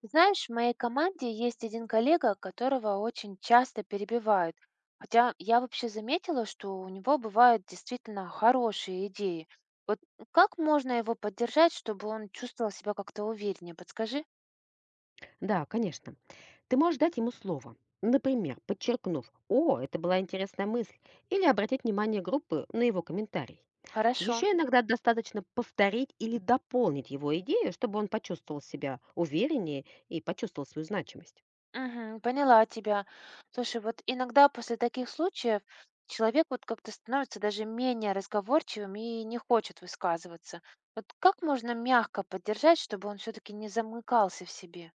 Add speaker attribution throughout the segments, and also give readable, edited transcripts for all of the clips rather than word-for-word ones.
Speaker 1: Знаешь, в моей команде есть один коллега, которого очень часто перебивают. Хотя я вообще заметила, что у него бывают действительно хорошие идеи. Вот как можно его поддержать, чтобы он чувствовал себя как-то увереннее? Подскажи.
Speaker 2: Да, конечно. Ты можешь дать ему слово. Например, подчеркнув «О, это была интересная мысль» или обратить внимание группы на его комментарий.
Speaker 1: Хорошо.
Speaker 2: Еще иногда достаточно повторить или дополнить его идею, чтобы он почувствовал себя увереннее и почувствовал свою значимость.
Speaker 1: Мгм, поняла тебя. Слушай, вот иногда после таких случаев человек вот как-то становится даже менее разговорчивым и не хочет высказываться. Вот как можно мягко поддержать, чтобы он все-таки не замыкался в себе?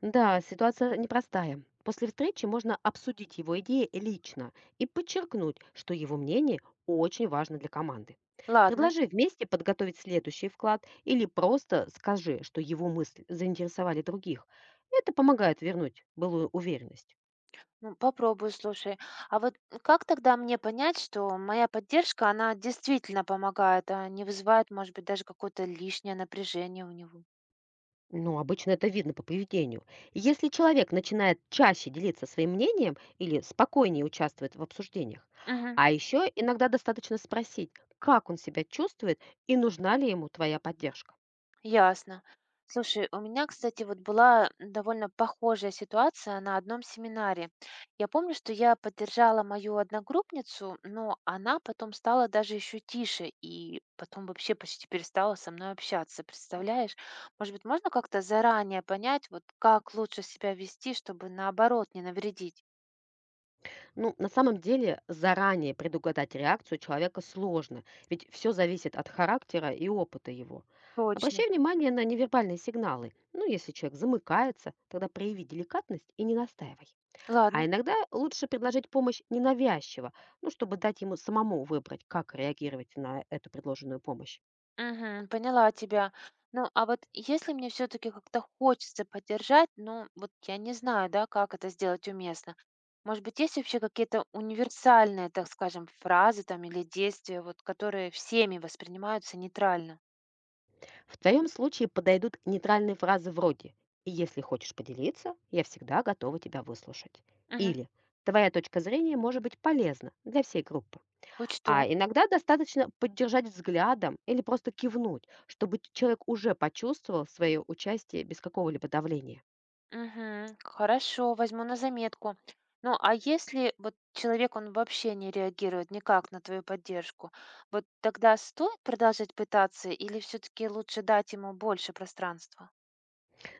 Speaker 2: Да, ситуация непростая. После встречи можно обсудить его идеи лично и подчеркнуть, что его мнение очень важно для команды.
Speaker 1: Ладно.
Speaker 2: Предложи вместе подготовить следующий вклад или просто скажи, что его мысли заинтересовали других. Это помогает вернуть былую уверенность.
Speaker 1: Ну, попробую, слушай. А вот как тогда мне понять, что моя поддержка, она действительно помогает, а не вызывает, может быть, даже какое-то лишнее напряжение у него?
Speaker 2: Ну, обычно это видно по поведению. Если человек начинает чаще делиться своим мнением или спокойнее участвует в обсуждениях,
Speaker 1: Мгм.
Speaker 2: а еще иногда достаточно спросить, как он себя чувствует и нужна ли ему твоя поддержка.
Speaker 1: Ясно. Слушай, у меня, кстати, вот была довольно похожая ситуация на одном семинаре. Я помню, что я поддержала мою одногруппницу, но она потом стала даже еще тише и потом вообще почти перестала со мной общаться. Представляешь? Может быть, можно как-то заранее понять, вот как лучше себя вести, чтобы наоборот не навредить?
Speaker 2: Ну, на самом деле, заранее предугадать реакцию человека сложно, ведь все зависит от характера и опыта его.
Speaker 1: Точно.
Speaker 2: Обращай внимание на невербальные сигналы. Ну, если человек замыкается, тогда прояви деликатность и не настаивай. А
Speaker 1: Ладно.
Speaker 2: иногда лучше предложить помощь ненавязчиво, ну, чтобы дать ему самому выбрать, как реагировать на эту предложенную помощь.
Speaker 1: Мгм. Поняла тебя. Ну, а вот если мне все-таки как-то хочется поддержать, ну, вот я не знаю, да, как это сделать уместно. Может быть, есть вообще какие-то универсальные, так скажем, фразы там или действия, вот, которые всеми воспринимаются нейтрально?
Speaker 2: В твоем случае подойдут нейтральные фразы вроде «Если хочешь поделиться, я всегда готова тебя выслушать».
Speaker 1: Мгм.
Speaker 2: Или «Твоя точка зрения может быть полезна для всей группы».
Speaker 1: Учту.
Speaker 2: А иногда достаточно поддержать взглядом или просто кивнуть, чтобы человек уже почувствовал свое участие без какого-либо давления.
Speaker 1: Мгм. Хорошо, возьму на заметку. Ну, а если вот человек, он вообще не реагирует никак на твою поддержку, вот тогда стоит продолжать пытаться или все-таки лучше дать ему больше пространства?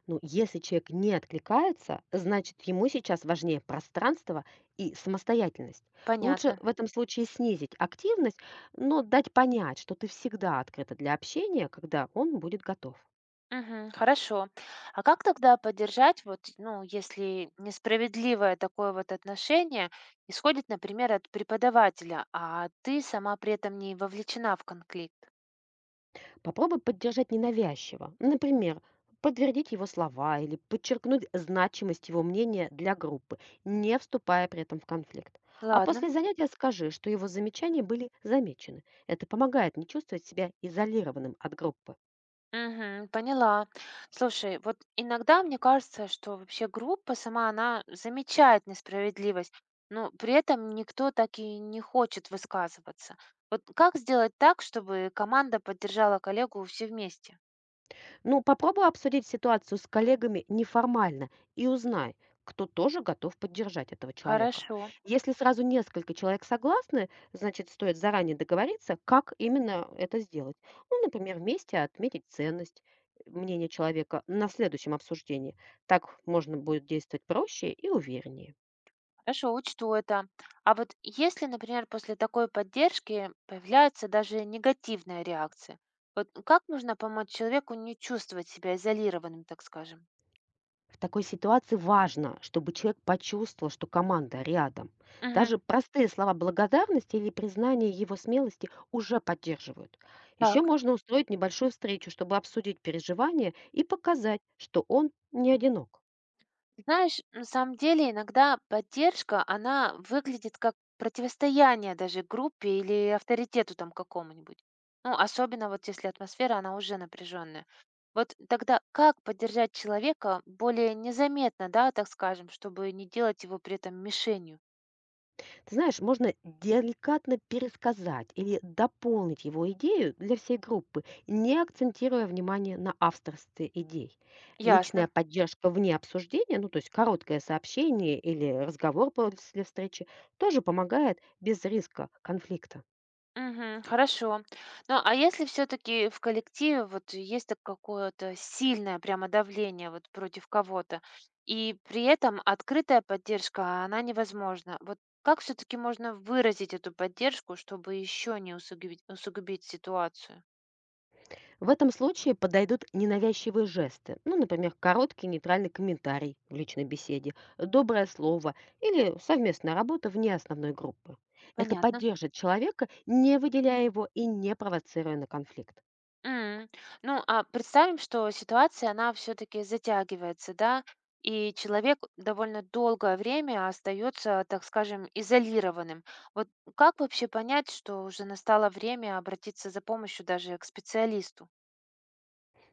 Speaker 2: Ну, если человек не откликается, значит, ему сейчас важнее пространство и самостоятельность. Лучше
Speaker 1: Понятно.
Speaker 2: в этом случае снизить активность, но дать понять, что ты всегда открыта для общения, когда он будет готов.
Speaker 1: Мгм. Хорошо. А как тогда поддержать, вот, ну, если несправедливое такое вот отношение исходит, например, от преподавателя, а ты сама при этом не вовлечена в конфликт?
Speaker 2: Попробуй поддержать ненавязчиво. Например, подтвердить его слова или подчеркнуть значимость его мнения для группы, не вступая при этом в конфликт. А
Speaker 1: Ладно.
Speaker 2: после занятия скажи, что его замечания были замечены. Это помогает не чувствовать себя изолированным от группы.
Speaker 1: Мгм. Поняла. Слушай, вот иногда мне кажется, что вообще группа сама, она замечает несправедливость, но при этом никто так и не хочет высказываться. Вот как сделать так, чтобы команда поддержала коллегу все вместе?
Speaker 2: Ну, попробуй обсудить ситуацию с коллегами неформально и узнай, кто тоже готов поддержать этого человека.
Speaker 1: Хорошо.
Speaker 2: Если сразу несколько человек согласны, значит, стоит заранее договориться, как именно это сделать. Ну, например, вместе отметить ценность мнения человека на следующем обсуждении. Так можно будет действовать проще и увереннее.
Speaker 1: Хорошо, учту это. А вот если, например, после такой поддержки появляются даже негативные реакции, вот как нужно помочь человеку не чувствовать себя изолированным, так скажем?
Speaker 2: В такой ситуации важно, чтобы человек почувствовал, что команда рядом.
Speaker 1: Мгм.
Speaker 2: Даже простые слова благодарности или признание его смелости уже поддерживают. Еще
Speaker 1: Так.
Speaker 2: можно устроить небольшую встречу, чтобы обсудить переживания и показать, что он не одинок.
Speaker 1: Знаешь, на самом деле иногда поддержка, она выглядит как противостояние даже группе или авторитету там какому-нибудь. Ну, особенно вот если атмосфера, она уже напряженная. Вот тогда как поддержать человека более незаметно, да, так скажем, чтобы не делать его при этом мишенью?
Speaker 2: Ты знаешь, можно деликатно пересказать или дополнить его идею для всей группы, не акцентируя внимание на авторстве идей.
Speaker 1: Ясно.
Speaker 2: Личная поддержка вне обсуждения, ну то есть короткое сообщение или разговор после встречи, тоже помогает без риска конфликта.
Speaker 1: Мгм. Хорошо. Ну, а если все-таки в коллективе вот есть так какое-то сильное прямо давление вот против кого-то, и при этом открытая поддержка, а она невозможна. Вот как все-таки можно выразить эту поддержку, чтобы еще не усугубить ситуацию?
Speaker 2: В этом случае подойдут ненавязчивые жесты, ну, например, короткий нейтральный комментарий в личной беседе, доброе слово или совместная работа вне основной группы. Это
Speaker 1: Понятно.
Speaker 2: поддержит человека, не выделяя его и не провоцируя на конфликт.
Speaker 1: М. Ну, а представим, что ситуация, она все-таки затягивается, да, и человек довольно долгое время остается, так скажем, изолированным. Вот как вообще понять, что уже настало время обратиться за помощью даже к специалисту?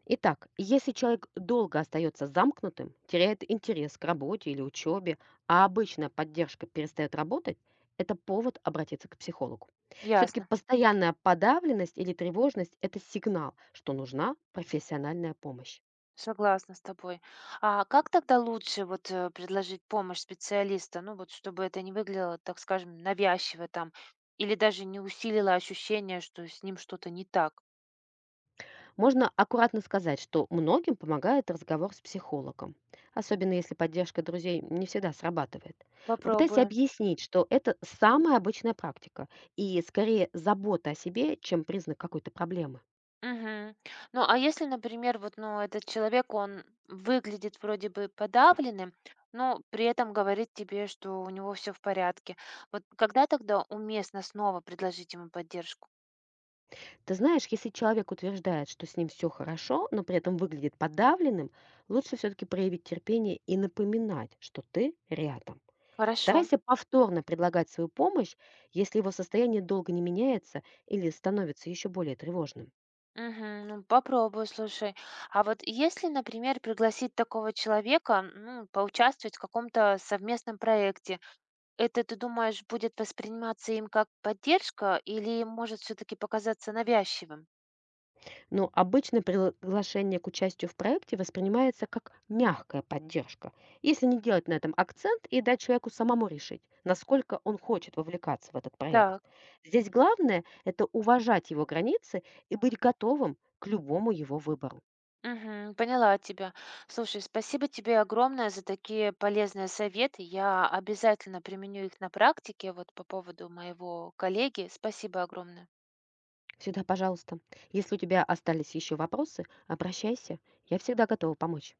Speaker 2: Итак, если человек долго остается замкнутым, теряет интерес к работе или учебе, а обычная поддержка перестает работать, это повод обратиться к психологу. Все-таки
Speaker 1: Ясно,
Speaker 2: постоянная подавленность или тревожность – это сигнал, что нужна профессиональная помощь.
Speaker 1: согласна с тобой. А как тогда лучше вот предложить помощь специалиста? Ну вот, чтобы это не выглядело, так скажем, навязчиво там, или даже не усилило ощущение, что с ним что-то не так.
Speaker 2: Можно аккуратно сказать, что многим помогает разговор с психологом, особенно если поддержка друзей не всегда срабатывает. Попытайся
Speaker 1: Попробую.
Speaker 2: объяснить, что это самая обычная практика и скорее забота о себе, чем признак какой-то проблемы.
Speaker 1: Мгм. Ну, а если, например, вот, ну, этот человек, он выглядит вроде бы подавленным, но при этом говорит тебе, что у него все в порядке. Вот когда тогда уместно снова предложить ему поддержку?
Speaker 2: Ты знаешь, если человек утверждает, что с ним все хорошо, но при этом выглядит подавленным, лучше все-таки проявить терпение и напоминать, что ты рядом.
Speaker 1: Хорошо.
Speaker 2: Старайся повторно предлагать свою помощь, если его состояние долго не меняется или становится еще более тревожным.
Speaker 1: Мгм. Ну, попробую, слушай. А вот если, например, пригласить такого человека, ну, поучаствовать в каком-то совместном проекте, это, ты думаешь, будет восприниматься им как поддержка или может все-таки показаться навязчивым?
Speaker 2: Но обычно приглашение к участию в проекте воспринимается как мягкая поддержка, если не делать на этом акцент и дать человеку самому решить, насколько он хочет вовлекаться в этот проект.
Speaker 1: Так.
Speaker 2: Здесь главное – это уважать его границы и быть готовым к любому его выбору.
Speaker 1: Мгм. Поняла тебя. Слушай, спасибо тебе огромное за такие полезные советы. Я обязательно применю их на практике вот по поводу моего коллеги. Спасибо огромное.
Speaker 2: Всегда пожалуйста. Если у тебя остались еще вопросы, обращайся. Я всегда готова помочь.